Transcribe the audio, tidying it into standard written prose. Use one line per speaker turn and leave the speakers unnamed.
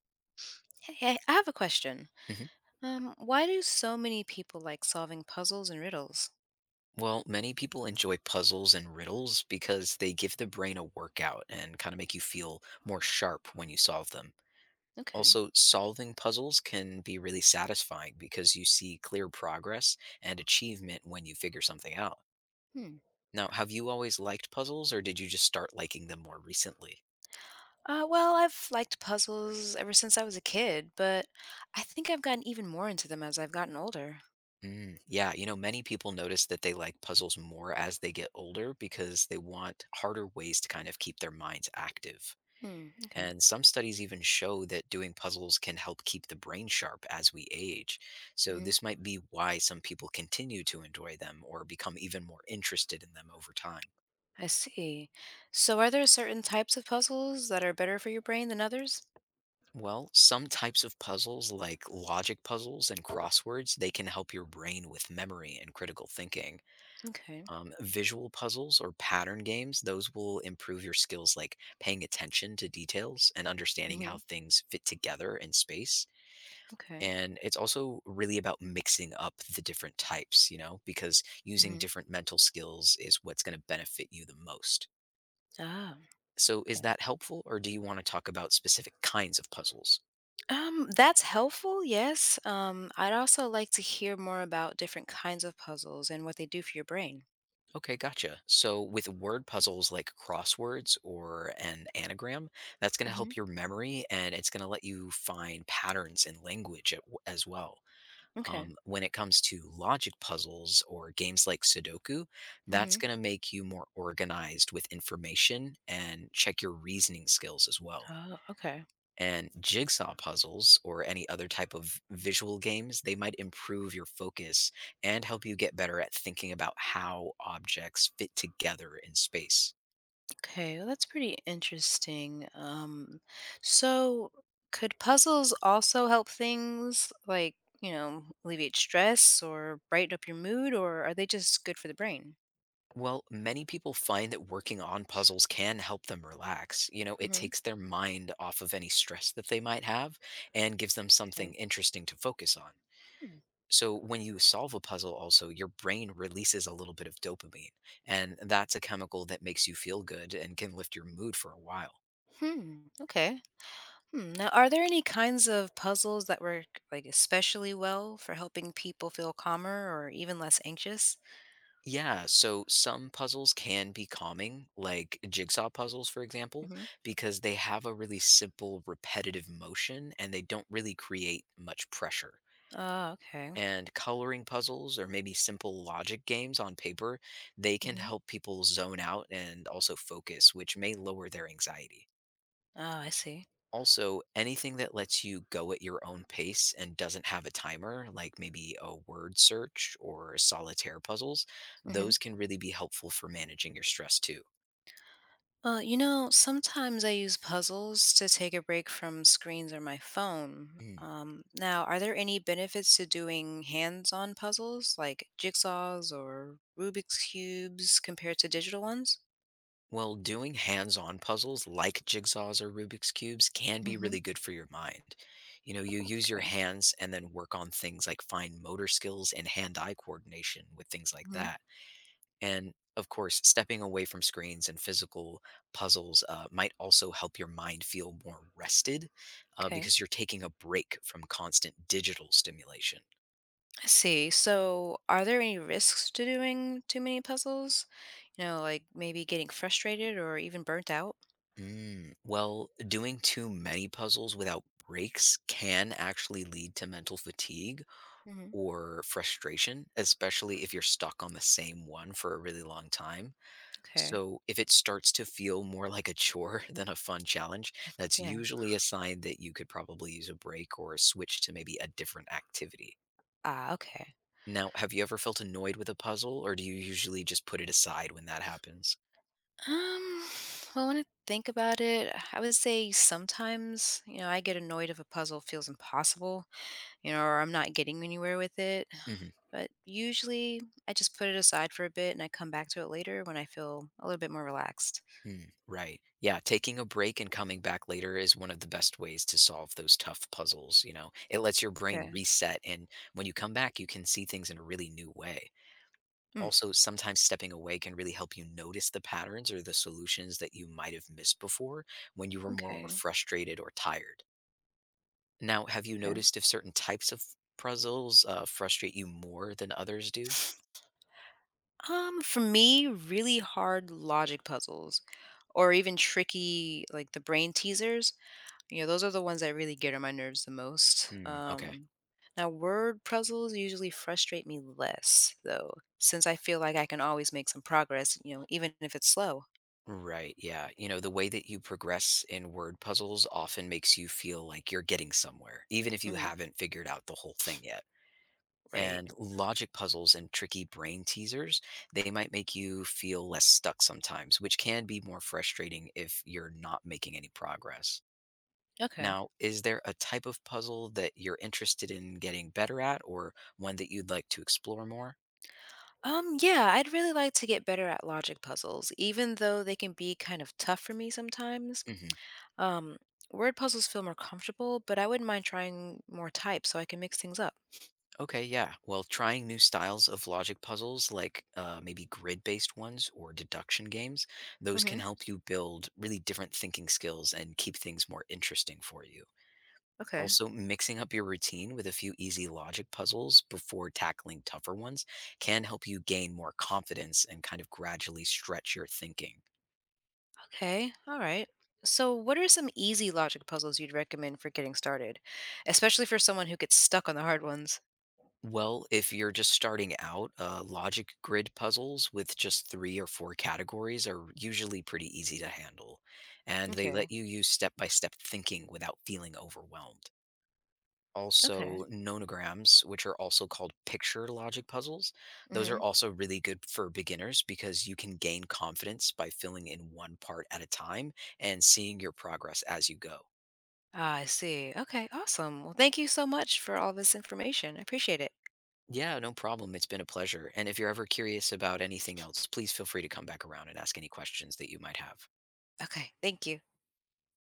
Hey, I have a question.
Mhm.
Why do so many people like solving puzzles and riddles?
Well, many people enjoy puzzles and riddles because they give the brain a workout and kind of make you feel more sharp when you solve them.
Okay.
Also, solving puzzles can be really satisfying because you see clear progress and achievement when you figure something out.
Hmm.
Now, have you always liked puzzles or did you just start liking them more recently?
Well, I've liked puzzles ever since I was a kid, but I think I've gotten even more into them as I've gotten older.
Mm, yeah, many people notice that they like puzzles more as they get older because they want harder ways to kind of keep their minds active.
Hmm. Okay.
And some studies even show that doing puzzles can help keep the brain sharp as we age. So,
Hmm.
this might be why some people continue to enjoy them or become even more interested in them over time.
I see. So, are there certain types of puzzles that are better for your brain than others?
Well, some types of puzzles, like logic puzzles and crosswords, they can help your brain with memory and critical thinking.
Okay.
Visual puzzles or pattern games, those will improve your skills like paying attention to details and understanding
Hmm.
how things fit together in space.
Okay.
And it's also really about mixing up the different types because using
Hmm.
different mental skills is what's going to benefit you the most.
Ah.
So is
Okay.
that helpful or do you want to talk about specific kinds of puzzles?
That's helpful, yes. I'd also like to hear more about different kinds of puzzles and what they do for your brain.
Okay, gotcha. So with word puzzles like crosswords or an anagram, that's going to help your memory and it's going to let you find patterns in language as well.
Okay.
When it comes to logic puzzles or games like Sudoku, that's
Hmm.
going to make you more organized with information and check your reasoning skills as well.
Oh, okay.
And jigsaw puzzles or any other type of visual games, they might improve your focus and help you get better at thinking about how objects fit together in space.
Okay. Well, that's pretty interesting. So could puzzles also help things like, alleviate stress or brighten up your mood, or are they just good for the brain?
Well, many people find that working on puzzles can help them relax. It
Hmm.
takes their mind off of any stress that they might have and gives them something
Okay.
interesting to focus on.
Hmm.
So, when you solve a puzzle, also, your brain releases a little bit of dopamine, and that's a chemical that makes you feel good and can lift your mood for a while.
Hmm, okay. Hmm. Now, are there any kinds of puzzles that work like especially well for helping people feel calmer or even less anxious?
Yeah, so some puzzles can be calming, like jigsaw puzzles, for example,
Hmm.
because they have a really simple repetitive motion and they don't really create much pressure.
Oh, okay.
And coloring puzzles or maybe simple logic games on paper, they can
Hmm.
help people zone out and also focus, which may lower their anxiety.
Oh, I see.
Also, anything that lets you go at your own pace and doesn't have a timer, like maybe a word search or solitaire puzzles, those can really be helpful for managing your stress too.
Well, sometimes I use puzzles to take a break from screens or my phone.
Hmm.
Now, are there any benefits to doing hands-on puzzles like jigsaws or Rubik's cubes compared to digital ones?
Well, doing hands on puzzles like jigsaws or Rubik's Cubes can be
Hmm.
really good for your mind. You use your
Okay.
hands and then work on things like fine motor skills and hand eye coordination with things like
Hmm.
that. And of course, stepping away from screens and physical puzzles might also help your mind feel more rested
Okay.
because you're taking a break from constant digital stimulation.
I see. So, are there any risks to doing too many puzzles? Like maybe getting frustrated or even burnt out?
Well, doing too many puzzles without breaks can actually lead to mental fatigue
Hmm.
or frustration, especially if you're stuck on the same one for a really long time.
Okay.
So, if it starts to feel more like a chore than a fun challenge, that's
Yeah.
usually a sign that you could probably use a break or switch to maybe a different activity.
Ah, okay.
Now, have you ever felt annoyed with a puzzle, or do you usually just put it aside when that happens?
Um, well, when I think about it, I would say sometimes, I get annoyed if a puzzle feels impossible, or I'm not getting anywhere with it. But usually I just put it aside for a bit and I come back to it later when I feel a little bit more relaxed.
Mm, right. Yeah. Taking a break and coming back later is one of the best ways to solve those tough puzzles. It lets your brain
Okay.
reset. And when you come back, you can see things in a really new way.
Mm,
Also, sometimes stepping away can really help you notice the patterns or the solutions that you might have missed before when you were more
okay.
frustrated or tired. Now, have you
Okay.
noticed if certain types of puzzles frustrate you more than others do?
For me, really hard logic puzzles or even tricky, like the brain teasers. You know, those are the ones that really get on my nerves the most.
Mm, okay.
Now, word puzzles usually frustrate me less, though, since I feel like I can always make some progress, even if it's slow.
Right. Yeah. The way that you progress in word puzzles often makes you feel like you're getting somewhere, even if you
Hmm.
haven't figured out the whole thing yet.
Right.
And logic puzzles and tricky brain teasers, they might make you feel less stuck sometimes, which can be more frustrating if you're not making any progress.
Okay.
Now, is there a type of puzzle that you're interested in getting better at or one that you'd like to explore more?
Yeah, I'd really like to get better at logic puzzles, even though they can be kind of tough for me sometimes.
Mm-hmm.
Um, word puzzles feel more comfortable, but I wouldn't mind trying more types so I can mix things up.
Okay, yeah. Well, trying new styles of logic puzzles, like maybe grid based ones or deduction games, those can
Hmm.
help you build really different thinking skills and keep things more interesting for you.
Okay.
Also, mixing up your routine with a few easy logic puzzles before tackling tougher ones can help you gain more confidence and kind of gradually stretch your thinking.
Okay, all right. So, what are some easy logic puzzles you'd recommend for getting started, especially for someone who gets stuck on the hard ones?
Well, if you're just starting out, logic grid puzzles with just three or four categories are usually pretty easy to handle, and they let
Okay,
you use step by step thinking without feeling overwhelmed.
okay.
Also, nonograms, which are also called picture logic puzzles, those are
Hmm.
also really good for beginners because you can gain confidence by filling in one part at a time and seeing your progress as you go.
Ah, I see. Okay, awesome. Well, thank you so much for all this information. I appreciate it.
Yeah, no problem. It's been a pleasure. And if you're ever curious about anything else, please feel free to come back around and ask any questions that you might have.
Okay, thank you.